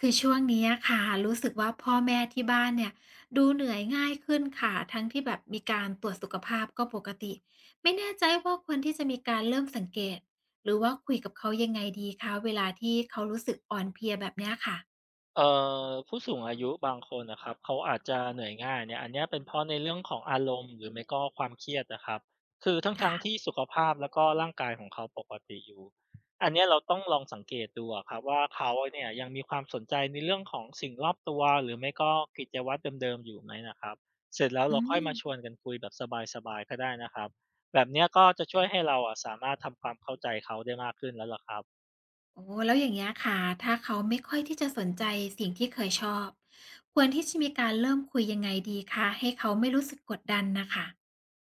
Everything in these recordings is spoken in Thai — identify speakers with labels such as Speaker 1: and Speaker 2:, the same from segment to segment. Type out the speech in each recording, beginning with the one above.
Speaker 1: คือช่วงนี้อะค่ะรู้สึกว่าพ่อแม่ที่บ้านเนี่ยดูเหนื่อยง่ายขึ้นค่ะทั้งที่แบบมีการตรวจสุขภาพก็ปกติไม่แน่ใจว่าควรที่จะมีการเริ่มสังเกตหรือว่าคุยกับเขายังไงดีคะเวลาที่เขารู้สึกอ่อนเพลียแบบเนี้ยค่ะ
Speaker 2: เอ่ผู้สูงอายุบางคนนะครับเขาอาจจะเหนื่อยง่ายเนี่ยอันเนี้ยเป็นเพราะในเรื่องของอารมณ์หรือไม่ก็ความเครียดนะครับคือทั้งๆท
Speaker 1: ค่ะ
Speaker 2: ที่สุขภาพแล้วก็ร่างกายของเขาปกติอยู่อันเนี้ยเราต้องลองสังเกตดูอะครับว่าเขาเนี่ยยังมีความสนใจในเรื่องของสิ่งรอบตัวหรือไม่ก็กิจวัตรเดิมๆอยู่ไหมนะครับเสร็จแล้ว
Speaker 1: อื
Speaker 2: เราค่อย
Speaker 1: ม
Speaker 2: มาชวนกันคุยแบบสบายๆก็ได้นะครับแบบเนี้ยก็จะช่วยให้เราอะสามารถทำความเข้าใจเขาได้มากขึ้นแล้วล่ะครับ
Speaker 1: โอ้แล้วอย่างเงี้ยค่ะถ้าเขาไม่ค่อยที่จะสนใจสิ่งที่เคยชอบควรที่จะมีการเริ่มคุยยังไงดีคะให้เขาไม่รู้สึกกดดันนะคะ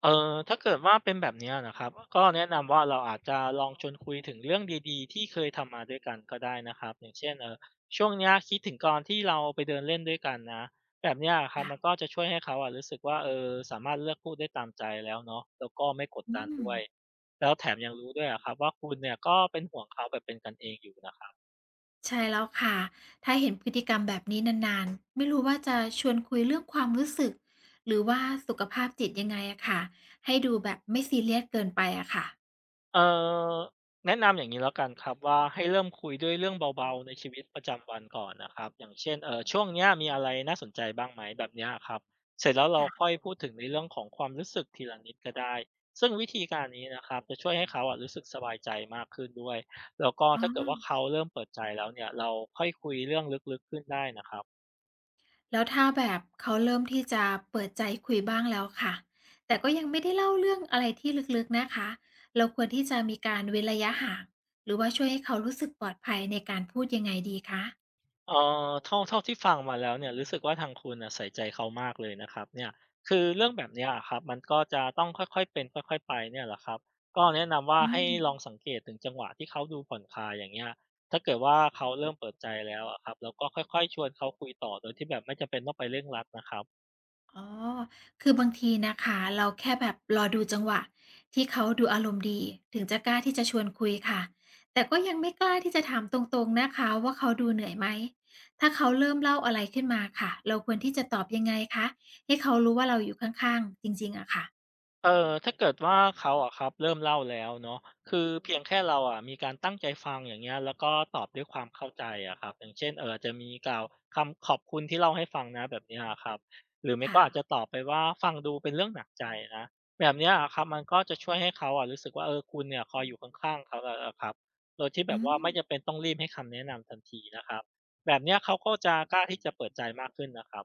Speaker 2: ถ้าเกิดว่าเป็นแบบเนี้ยนะครับก็แนะนำว่าเราอาจจะลองชวนคุยถึงเรื่องดีๆที่เคยทำมาด้วยกันก็ได้นะครับอย่างเช่นช่วงเนี้ยคิดถึงก่อนที่เราไปเดินเล่นด้วยกันนะแบบเนี้ยะครับมัน
Speaker 1: ค่ะ
Speaker 2: ก็จะช่วยให้เขาอะรู้สึกว่าสามารถเลือกพูดได้ตามใจแล้วเนาะแล้วก็ไม่กด
Speaker 1: อื
Speaker 2: ดัน
Speaker 1: ม
Speaker 2: ด้วยแล้วแถมยังรู้ด้วยอะครับว่าคุณเนี่ยก็เป็นห่วงเขาแบบเป็นกันเองอยู่นะครับ
Speaker 1: ใช่แล้วค่ะถ้าเห็นพฤติกรรมแบบนี้นานๆไม่รู้ว่าจะชวนคุยเรื่องความรู้สึกหรือว่าสุขภาพจิตยังไงอะค่ะให้ดูแบบไม่ซีเรียสเกินไปอะค่ะ
Speaker 2: เอ่อแนะนำอย่างนี้แล้วกันครับว่าให้เริ่มคุยด้วยเรื่องเบาๆในชีวิตประจำวันก่อนนะครับอย่างเช่นช่วงเนี้ยมีอะไรน่าสนใจบ้างไหมแบบเนี้ยครับเสร็จแล้วเราค่อ
Speaker 1: ค่ะ
Speaker 2: ยพูดถึงในเรื่องของความรู้สึกทีละนิดก็ได้ซึ่งวิธีการนี้นะครับจะช่วยให้เขาอะรู้สึกสบายใจมากขึ้นด้วยแล้วก็
Speaker 1: อ๋
Speaker 2: ถ้าเกิดว่า
Speaker 1: อ
Speaker 2: เขาเริ่มเปิดใจแล้วเนี่ยเราค่อยคุยเรื่องลึกๆขึ้นได้นะครับ
Speaker 1: แล้วถ้าแบบเขาเริ่มที่จะเปิดใจคุยบ้างแล้วค่ะแต่ก็ยังไม่ได้เล่าเรื่องอะไรที่ลึกๆ นะคะเราควรที่จะมีการเว้นระยะห่าง หรือว่าช่วยให้เขารู้สึกปลอดภัยในการพูดยังไงดีคะ
Speaker 2: เอ่เท่าที่ฟังมาแล้วเนี่ยรู้สึกว่าทางคุณน่ะใส่ใจเขามากเลยนะครับเนี่ยคือเรื่องแบบเนี้ยอะครับมันก็จะต้องค่อยๆเป็นค่อยๆไปเนี่ยแหละครับก็แนะนำว่า
Speaker 1: อื
Speaker 2: ให้ลอง
Speaker 1: ม
Speaker 2: สังเกตถึงจังหวะที่เขาดูผ่อนคลายอย่างเงี้ยถ้าเกิดว่าเขาเริ่มเปิดใจแล้วอะครับเราก็ค่อยๆชวนเขาคุยต่อโดยที่แบบไม่จำเป็นต้องไปเร่งรัดนะครับ
Speaker 1: อ๋อคือบางทีนะคะเราแค่แบบรอดูจังหวะที่เขาดูอารมณ์ดีถึงจะกล้าที่จะชวนคุยค่ะแต่ก็ยังไม่กล้าที่จะถามตรงๆนะคะว่าเขาดูเหนื่อยไหมถ้าเขาเริ่มเล่าอะไรขึ้นมาค่ะเราควรที่จะตอบยังไงคะให้เขารู้ว่าเราอยู่ข้างๆจริงๆอะค่ะ
Speaker 2: ถ้าเกิดว่าเขาอะครับเริ่มเล่าแล้วเนาะคือเพียงแค่เราอะมีการตั้งใจฟังอย่างเงี้ยแล้วก็ตอบด้วยความเข้าใจอะครับอย่างเช่นจะมีกล่าวคำขอบคุณที่เล่าให้ฟังนะแบบเนี้ยอะครับหรือไม่ก็
Speaker 1: ค่ะ
Speaker 2: อาจจะตอบไปว่าฟังดูเป็นเรื่องหนักใจนะแบบเนี้ยอะครับมันก็จะช่วยให้เขาอะรู้สึกว่าคุณเนี่ยคอยอยู่ข้างๆเขาแล้วอะครับโดยที่แบ
Speaker 1: อื
Speaker 2: บว่าไม่จำ
Speaker 1: ม
Speaker 2: เป็นต้องรีบให้คำแนะนำทันทีนะครับแบบเนี้ยเขาก็จะกล้าที่จะเปิดใจมากขึ้นนะครับ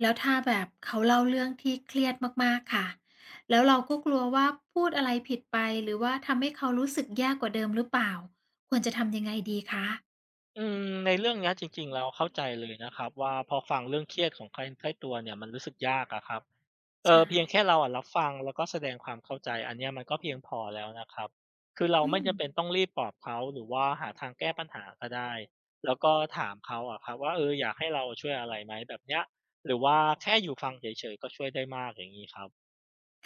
Speaker 1: แล้วถ้าแบบเขาเล่าเรื่องที่เครียดมากๆค่ะแล้วเราก็กลัวว่าพูดอะไรผิดไปหรือว่าทำให้เขารู้สึกแย่กว่าเดิมหรือเปล่าควรจะทำยังไงดีคะ
Speaker 2: อืมในเรื่องเนี้ยจริงๆเราเข้าใจเลยนะครับว่าพอฟังเรื่องเครียดของใครใกล้ตัวเนี่ยมันรู้สึกยากอะครับ
Speaker 1: ใช่
Speaker 2: เพียงแค่เราอะรับฟังแล้วก็แสดงความเข้าใจอันเนี้ยมันก็เพียงพอแล้วนะครับคือเรา
Speaker 1: อื
Speaker 2: ไม่
Speaker 1: ม
Speaker 2: จำเป็นต้องรีบปลอบเขาหรือว่าหาทางแก้ปัญหาก็ได้แล้วก็ถามเขาอะครับว่าอยากให้เราช่วยอะไรไหมแบบเนี้ยหรือว่าแค่อยู่ฟังเฉยๆก็ช่วยได้มากอย่างนี้ครับ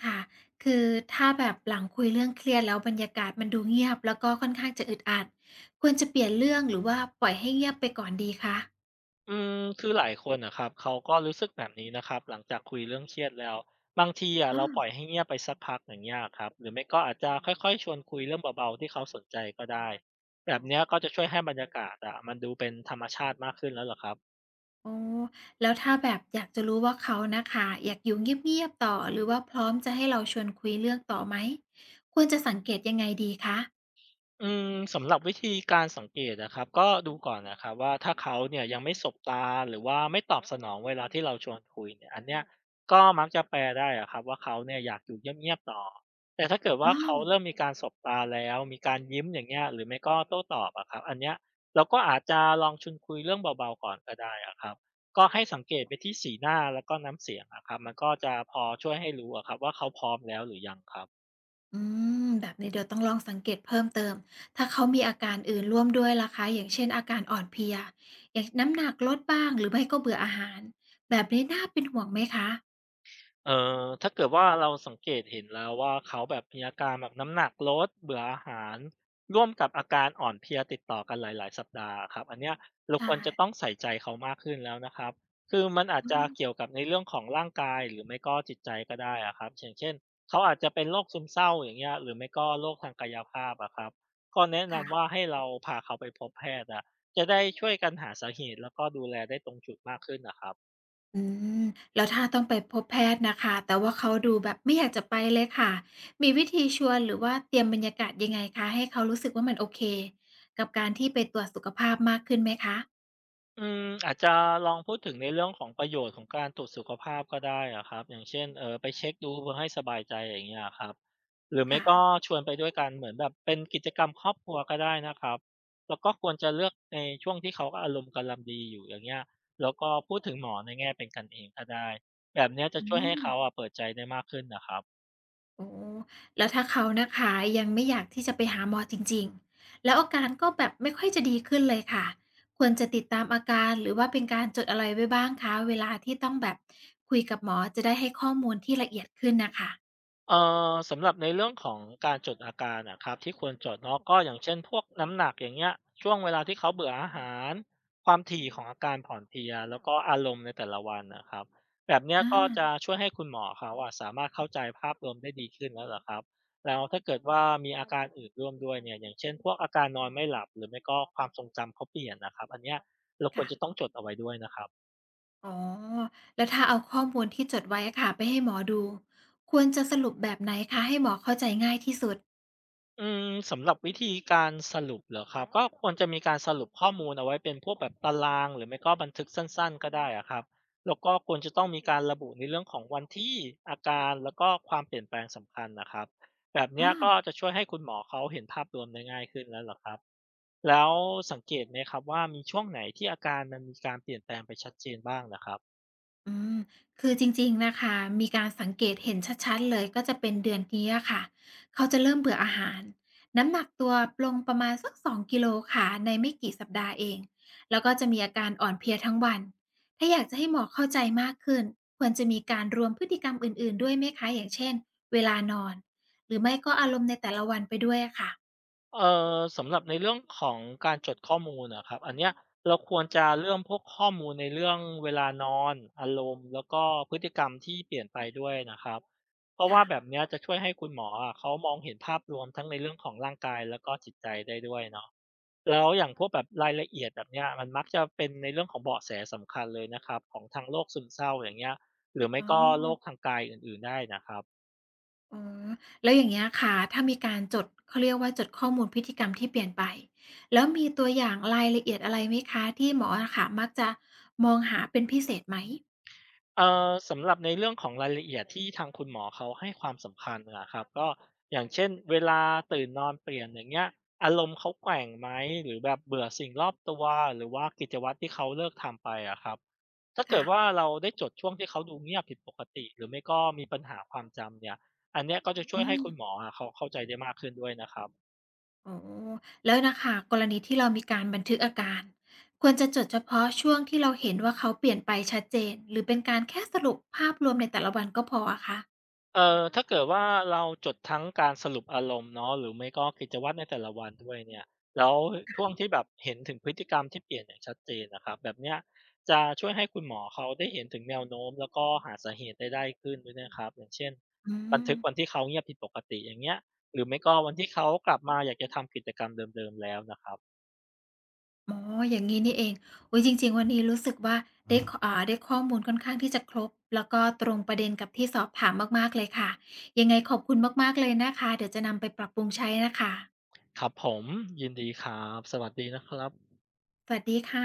Speaker 1: ค่ะคือถ้าแบบหลังคุยเรื่องเครียดแล้วบรรยากาศมันดูเงียบแล้วก็ค่อนข้างจะอึดอัดควรจะเปลี่ยนเรื่องหรือว่าปล่อยให้เงียบไปก่อนดีคะ
Speaker 2: อืมคือหลายคนนะครับเขาก็รู้สึกแบบนี้นะครับหลังจากคุยเรื่องเครียดแล้วบางทีอ่ะ
Speaker 1: อา
Speaker 2: เราปล่อยให้เงียบไปสักพักอย่างเงี้ยครับหรือไม่ก็อาจจะค่อยๆชวนคุยเรื่องเบาๆที่เขาสนใจก็ได้แบบเนี้ยก็จะช่วยให้บรรยากาศอ่ะมันดูเป็นธรรมชาติมากขึ้นแล้วเหรอครับ
Speaker 1: อ๋อแล้วถ้าแบบอยากจะรู้ว่าเขาน่ะค่ะอยากอยู่เงียบๆต่อหรือว่าพร้อมจะให้เราชวนคุยเรื่องต่อไหมควรจะสังเกตยังไงดีคะ
Speaker 2: อืมสำหรับวิธีการสังเกตนะครับก็ดูก่อนนะครับว่าถ้าเขาเนี่ยยังไม่สบตาหรือว่าไม่ตอบสนองเวลาที่เราชวนคุยเนี่ยอันเนี้ยก็มักจะแปลได้อะครับว่าเขาเนี่ยอยากอยู่เงียบๆต่อแต่ถ้าเกิด
Speaker 1: อ้
Speaker 2: ว่าเขา
Speaker 1: อ
Speaker 2: เริ่มมีการสบตาแล้วมีการยิ้มอย่างเงี้ยหรือไม่ก็โต้ตอบอะครับอันเนี้ยเราก็อาจจะลองชวนคุยเรื่องเบาๆก่อนก็ได้อะครับก็ให้สังเกตไปที่สีหน้าแล้วก็น้ำเสียงอะครับมันก็จะพอช่วยให้รู้อะครับว่าเขาพร้อมแล้วหรือยังครับ
Speaker 1: อืมแบบนี้เดี๋ยวต้องลองสังเกตเพิ่มเติมถ้าเขามีอาการอื่นร่วมด้วยล่ะคะอย่างเช่นอาการอ่อนเพลียอย่างน้ำหนักลดบ้างหรือไม่ก็เบื่ออาหารแบบนี้น่าเป็นห่วงไหมคะ
Speaker 2: เอ่ถ้าเกิดว่าเราสังเกตเห็นแล้วว่าเขาแบบมีอาการแบบน้ำหนักลดเบื่ออาหารร่วมกับอาการอ่อนเพลียติดต่อกันหลายๆสัปดาห์อะครับอันเนี้ยเรา
Speaker 1: ใช่
Speaker 2: ควรจะต้องใส่ใจเขามากขึ้นแล้วนะครับคือมันอาจ
Speaker 1: อื
Speaker 2: จะเกี่ย
Speaker 1: ม
Speaker 2: วกับในเรื่องของร่างกายหรือไม่ก็จิตใจก็ได้อะครับอย่างเช่นเขาอาจจะเป็นโรคซึมเศร้าอย่างเงี้ยหรือไม่ก็โรคทางกายภาพอะครับก็แนะนำว่า
Speaker 1: ค่ะ
Speaker 2: ให้เราพาเขาไปพบแพทย์อะจะได้ช่วยกันหาสาเหตุแล้วก็ดูแลได้ตรงจุดมากขึ้นน่ะครับ
Speaker 1: อืมแล้วถ้าต้องไปพบแพทย์นะคะแต่ว่าเขาดูแบบไม่อยากจะไปเลยค่ะมีวิธีชวนหรือว่าเตรียมบรรยากาศยังไงคะให้เขารู้สึกว่ามันโอเคกับการที่ไปตรวจสุขภาพมากขึ้นไหมคะ
Speaker 2: อืมอาจจะลองพูดถึงในเรื่องของประโยชน์ของการตรวจสุขภาพก็ได้อะครับอย่างเช่นไปเช็คดูเพื่อให้สบายใจอย่างเงี้ยครับหรือไม่
Speaker 1: ค่ะ
Speaker 2: ก็ชวนไปด้วยกันเหมือนแบบเป็นกิจกรรมครอบครัวก็ได้นะครับแล้วก็ควรจะเลือกในช่วงที่เขาอารมณ์กำลังดีอยู่อย่างเงี้ยแล้วก็พูดถึงหมอในแง่เป็นกันเองก็ได้แบบเนี้ยจะ
Speaker 1: อื
Speaker 2: ช่วยให้
Speaker 1: ม
Speaker 2: เขาอะเปิดใจได้มากขึ้นนะครับ
Speaker 1: โอ้แล้วถ้าเขานะคะยังไม่อยากที่จะไปหาหมอจริงๆแล้วอาการก็แบบไม่ค่อยจะดีขึ้นเลยค่ะควรจะติดตามอาการหรือว่าเป็นการจดอะไรไว้บ้างคะเวลาที่ต้องแบบคุยกับหมอจะได้ให้ข้อมูลที่ละเอียดขึ้นน่ะค่ะ
Speaker 2: เอ่สำหรับในเรื่องของการจดอาการนะครับที่ควรจดเนาะก็อย่างเช่นพวกน้ำหนักอย่างเงี้ยช่วงเวลาที่เขาเบื่ออาหารความถี่ของอาการผ่อนเพลียแล้วก็อารมณ์ในแต่ละวันนะครับแบบเนี้ย
Speaker 1: อา
Speaker 2: ก็จะช่วยให้คุณหมอเขาอะสามารถเข้าใจภาพรวมได้ดีขึ้นแล้วล่ะครับแล้วถ้าเกิดว่ามีอาการอื่นร่วมด้วยเนี่ยอย่างเช่นพวกอาการนอนไม่หลับหรือไม่ก็ความทรงจำเขาเปลี่ยนนะครับอันเนี้ยเราควร
Speaker 1: ค่ะ
Speaker 2: จะต้องจดเอาไว้ด้วยนะครับ
Speaker 1: อ๋อแล้วถ้าเอาข้อมูลที่จดไว้อะค่ะไปให้หมอดูควรจะสรุปแบบไหนคะให้หมอเข้าใจง่ายที่สุด
Speaker 2: อืมสำหรับวิธีการสรุปเหรอครับก็ควรจะมีการสรุปข้อมูลเอาไว้เป็นพวกแบบตารางหรือไม่ก็บันทึกสั้นๆก็ได้อะครับแล้วก็ควรจะต้องมีการระบุในเรื่องของวันที่อาการแล้วก็ความเปลี่ยนแปลงสำคัญนะครับแบบเนี้ยก็
Speaker 1: อา
Speaker 2: จะช่วยให้คุณหมอเขาเห็นภาพรวมได้ง่ายขึ้นแล้วเหรอครับแล้วสังเกตไหมครับว่ามีช่วงไหนที่อาการมันมีการเปลี่ยนแปลงไปชัดเจนบ้างนะครับ
Speaker 1: อืมคือจริงๆ นะคะ มีการสังเกตเห็นชัดๆ เลยก็จะเป็นเดือนนี้อะค่ะ เขาจะเริ่มเบื่ออาหาร น้ำหนักตัวลงประมาณสัก2กิโลค่ะในไม่กี่สัปดาห์เอง แล้วก็จะมีอาการอ่อนเพลียทั้งวัน ถ้าอยากจะให้หมวกเข้าใจมากขึ้นควรจะมีการรวมพฤติกรรมอื่นๆ ด้วยไหมคะ อย่างเช่น เวลานอน หรือไม่ก็อารมณ์ในแต่ละวันไปด้วยอะค่ะ
Speaker 2: เอ่สำหรับในเรื่องของการจดข้อมูลนะครับอันเนี้ยเราควรจะเรื่องพวกข้อมูลในเรื่องเวลานอนอารมณ์แล้วก็พฤติกรรมที่เปลี่ยนไปด้วยนะครับเพราะว่า
Speaker 1: ค่ะ
Speaker 2: แบบเนี้ยจะช่วยให้คุณหมออะเขามองเห็นภาพรวมทั้งในเรื่องของร่างกายแล้วก็จิตใจได้ด้วยเนาะแล้วอย่างพวกแบบรายละเอียดแบบเนี้ยมันมักจะเป็นในเรื่องของเบาะแสสำคัญเลยนะครับของทางโรคซึมเศร้าอย่างเงี้ยหรือไม่
Speaker 1: อ๋อ
Speaker 2: ก็โรคทางกายอื่นๆได้นะครับ
Speaker 1: อ๋อแล้วอย่างเงี้ยค่ะถ้ามีการจดเขาเรียกว่าจดข้อมูลพฤติกรรมที่เปลี่ยนไปแล้วมีตัวอย่างรายละเอียดอะไรไหมคะที่หมออะค่ะมักจะมองหาเป็นพิเศษไหม
Speaker 2: สำหรับในเรื่องของรายละเอียดที่ทางคุณหมอเขาให้ความสำคัญนะครับก็อย่างเช่นเวลาตื่นนอนเปลี่ยนอย่างเงี้ยอารมณ์เขาแกว่งไหมหรือแบบเบื่อสิ่งรอบตัวหรือว่ากิจวัตรที่เขาเลิกทำไปอะครับถ้าเกิดว่า
Speaker 1: ค่ะ
Speaker 2: เราได้จดช่วงที่เขาดูเงียบผิดปกติหรือไม่ก็มีปัญหาความจำเนี่ยอันเนี้ยก็จะช่
Speaker 1: อื
Speaker 2: วยให้
Speaker 1: ม
Speaker 2: คุณหมออะเขาเข้าใจได้มากขึ้นด้วยนะครับ
Speaker 1: อ๋อแล้วน่ะค่ะกรณีที่เรามีการบันทึกอาการควรจะจดเฉพาะช่วงที่เราเห็นว่าเขาเปลี่ยนไปชัดเจนหรือเป็นการแค่สรุปภาพรวมในแต่ละวันก็พออะคะ
Speaker 2: ถ้าเกิดว่าเราจดทั้งการสรุปอารมณ์เนาะหรือไม่ก็กิจวัตรในแต่ละวันด้วยเนี่ยแล้วช่วงที่แบบเห็นถึงพฤติกรรมที่เปลี่ยนอย่างชัดเจนอะครับแบบเนี้ยจะช่วยให้คุณหมอเขาได้เห็นถึงแนวโน้มแล้วก็หาสาเหตุได้ขึ้นด้วยนะครับอย่างเช่น
Speaker 1: อื
Speaker 2: บันทึกวัน
Speaker 1: ม
Speaker 2: ที่เขาเงียบผิดปกติอย่างเงี้ยหรือไม่ก็วันที่เขากลับมาอยากจะทำกิจกรรมเดิมๆแล้วนะครับ
Speaker 1: อ๋ออย่างงี้นี่เองอุ๊ยจริงๆวันนี้รู้สึกว่าได้ขอ่าได้ข้อมูลค่อนข้างที่จะครบ แล้วก็ตรงประเด็นกับที่สอบถามมากๆเลยค่ะ ยังไงขอบคุณมากๆเลยนะคะ เดี๋ยวจะนำไปปรับปรุงใช้นะคะ
Speaker 2: ครับผมยินดีครับสวัสดีนะครับ
Speaker 1: สวัสดีค่ะ